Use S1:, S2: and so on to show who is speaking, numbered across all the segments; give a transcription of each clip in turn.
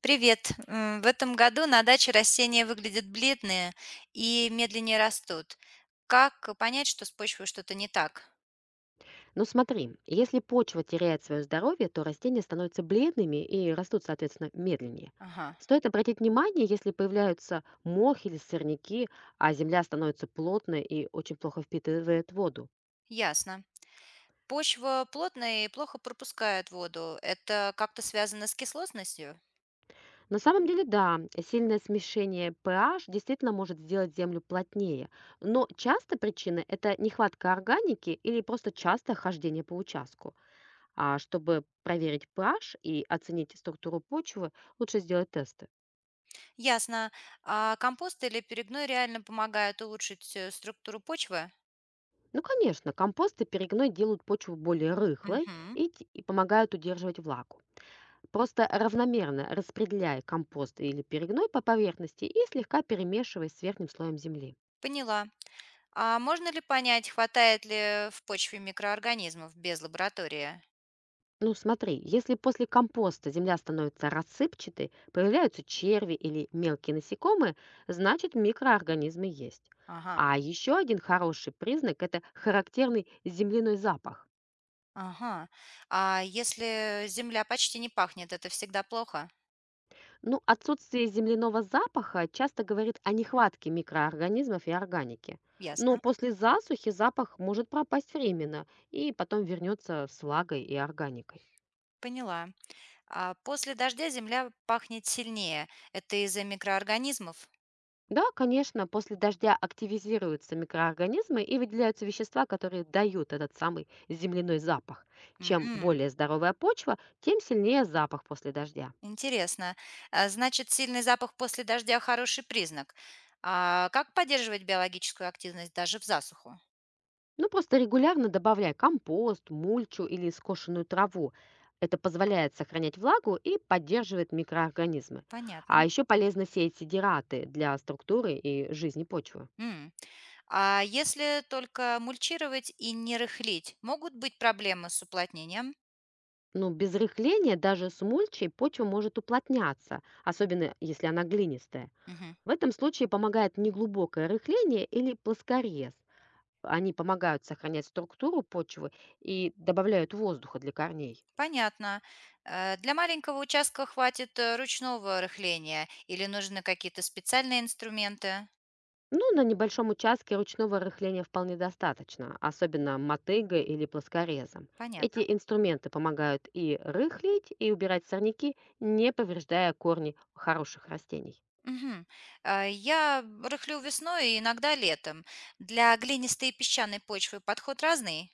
S1: Привет. В этом году на даче растения выглядят бледные и медленнее растут. Как понять, что с почвой что-то не так?
S2: Ну смотри, если почва теряет свое здоровье, то растения становятся бледными и растут, соответственно, медленнее.
S1: Ага,
S2: Стоит обратить внимание, если появляются мох или сорняки, а земля становится плотной и очень плохо впитывает воду.
S1: ясно. Почва плотная и плохо пропускает воду. Это как-то связано с кислотностью?
S2: На самом деле, да, сильное смешение pH действительно может сделать землю плотнее, но часто причина – это нехватка органики или просто частое хождение по участку. А чтобы проверить pH и оценить структуру почвы, лучше сделать тесты.
S1: Ясно. А компост или перегной реально помогают улучшить структуру почвы?
S2: Ну, конечно, компост и перегной делают почву более рыхлой
S1: Мгм.
S2: и и помогают удерживать влагу. Просто равномерно распределяй компост или перегной по поверхности и слегка перемешивай с верхним слоем земли.
S1: Поняла. А можно ли понять, хватает ли в почве микроорганизмов без лаборатории?
S2: Ну, смотри, если после компоста земля становится рассыпчатой, появляются черви или мелкие насекомые, значит микроорганизмы есть.
S1: Ага.
S2: А еще один хороший признак – это характерный земляной запах.
S1: Ага. А если земля почти не пахнет, это всегда плохо?
S2: Ну, отсутствие земляного запаха часто говорит о нехватке микроорганизмов и органики. Но
S1: Ясно.
S2: после засухи запах может пропасть временно и потом вернется с влагой и органикой.
S1: Поняла. А после дождя земля пахнет сильнее. Это из-за микроорганизмов?
S2: Да, конечно, после дождя активизируются микроорганизмы и выделяются вещества, которые дают этот самый земляной запах. Чем
S1: Мгм.
S2: более здоровая почва, тем сильнее запах после дождя.
S1: Интересно. А значит, сильный запах после дождя хороший признак. А как поддерживать биологическую активность даже в засуху?
S2: Ну, просто регулярно добавляй компост, мульчу или скошенную траву. Это позволяет сохранять влагу и поддерживает микроорганизмы.
S1: Понятно.
S2: А еще полезно сеять сидираты для структуры и жизни почвы.
S1: М. А если только мульчировать и не рыхлить, могут быть проблемы с уплотнением?
S2: Но без рыхления даже с мульчей почва может уплотняться, особенно если она глинистая.
S1: Мгм.
S2: В этом случае помогает неглубокое рыхление или плоскорез. Они помогают сохранять структуру почвы и добавляют воздуха для корней.
S1: Понятно. Для маленького участка хватит ручного рыхления или нужны какие-то специальные инструменты?
S2: Ну, на небольшом участке ручного рыхления вполне достаточно, особенно мотыгой или плоскорезом.
S1: Понятно.
S2: Эти инструменты помогают и рыхлить, и убирать сорняки, не повреждая корни хороших растений.
S1: Мгм. Я рыхлю весной и иногда летом. Для глинистой и песчаной почвы подход разный?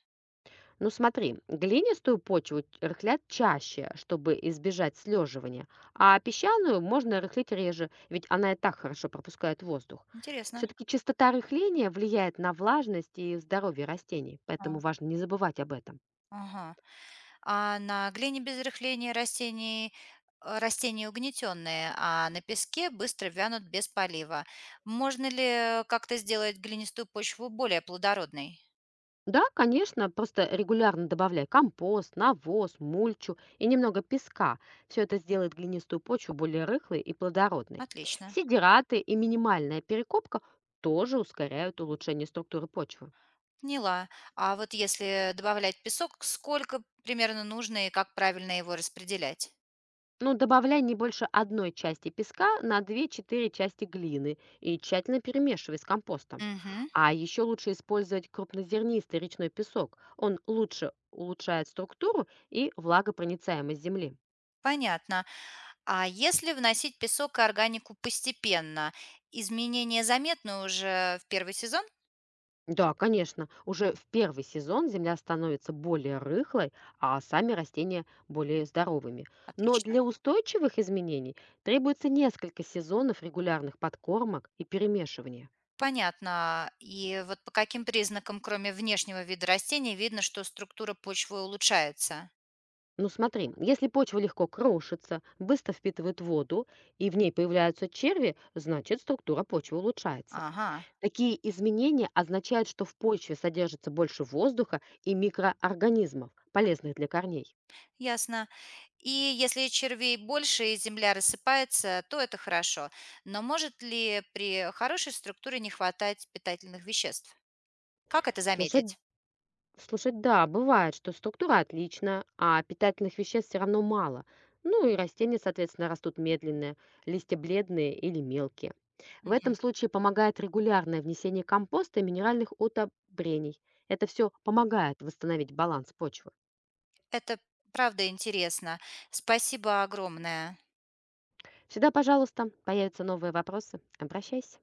S2: Ну смотри, глинистую почву рыхлят чаще, чтобы избежать слеживания, а песчаную можно рыхлить реже, ведь она и так хорошо пропускает воздух.
S1: Интересно.
S2: Все-таки частота рыхления влияет на влажность и здоровье растений, поэтому
S1: А,
S2: важно не забывать об этом.
S1: ага. А на глине без рыхления растения угнетенные, а на песке быстро вянут без полива. Можно ли как-то сделать глинистую почву более плодородной?
S2: Да, конечно, просто регулярно добавляй компост, навоз, мульчу и немного песка. Все это сделает глинистую почву более рыхлой и плодородной.
S1: Отлично.
S2: Сидираты и минимальная перекопка тоже ускоряют улучшение структуры почвы.
S1: Поняла. А вот если добавлять песок, сколько примерно нужно и как правильно его распределять?
S2: Но добавляй не больше одной части песка на две-четыре части глины и тщательно перемешивай с компостом.
S1: Мгм.
S2: А еще лучше использовать крупнозернистый речной песок. Он лучше улучшает структуру и влагопроницаемость земли.
S1: Понятно. А если вносить песок и органику постепенно, изменения заметны уже в первый сезон?
S2: Да, конечно. Уже в первый сезон земля становится более рыхлой, а сами растения более здоровыми. Но
S1: Отлично.
S2: для устойчивых изменений требуется несколько сезонов регулярных подкормок и перемешивания.
S1: Понятно. И вот по каким признакам, кроме внешнего вида растений, видно, что структура почвы улучшается?
S2: Ну смотри, если почва легко крошится, быстро впитывает воду и в ней появляются черви, значит структура почвы улучшается.
S1: Ага.
S2: Такие изменения означают, что в почве содержится больше воздуха и микроорганизмов, полезных для корней.
S1: Ясно. И если червей больше и земля рассыпается, то это хорошо. Но может ли при хорошей структуре не хватать питательных веществ? Как это
S2: Слушай
S1: заметить?
S2: Слушай, да, бывает, что структура отличная, а питательных веществ все равно мало. Ну и растения, соответственно, растут медленные, листья бледные или мелкие. В
S1: Мгм.
S2: этом случае помогает регулярное внесение компоста и минеральных удобрений. Это все помогает восстановить баланс почвы.
S1: Это правда интересно. Спасибо огромное.
S2: Всегда, пожалуйста, появятся новые вопросы, обращайся.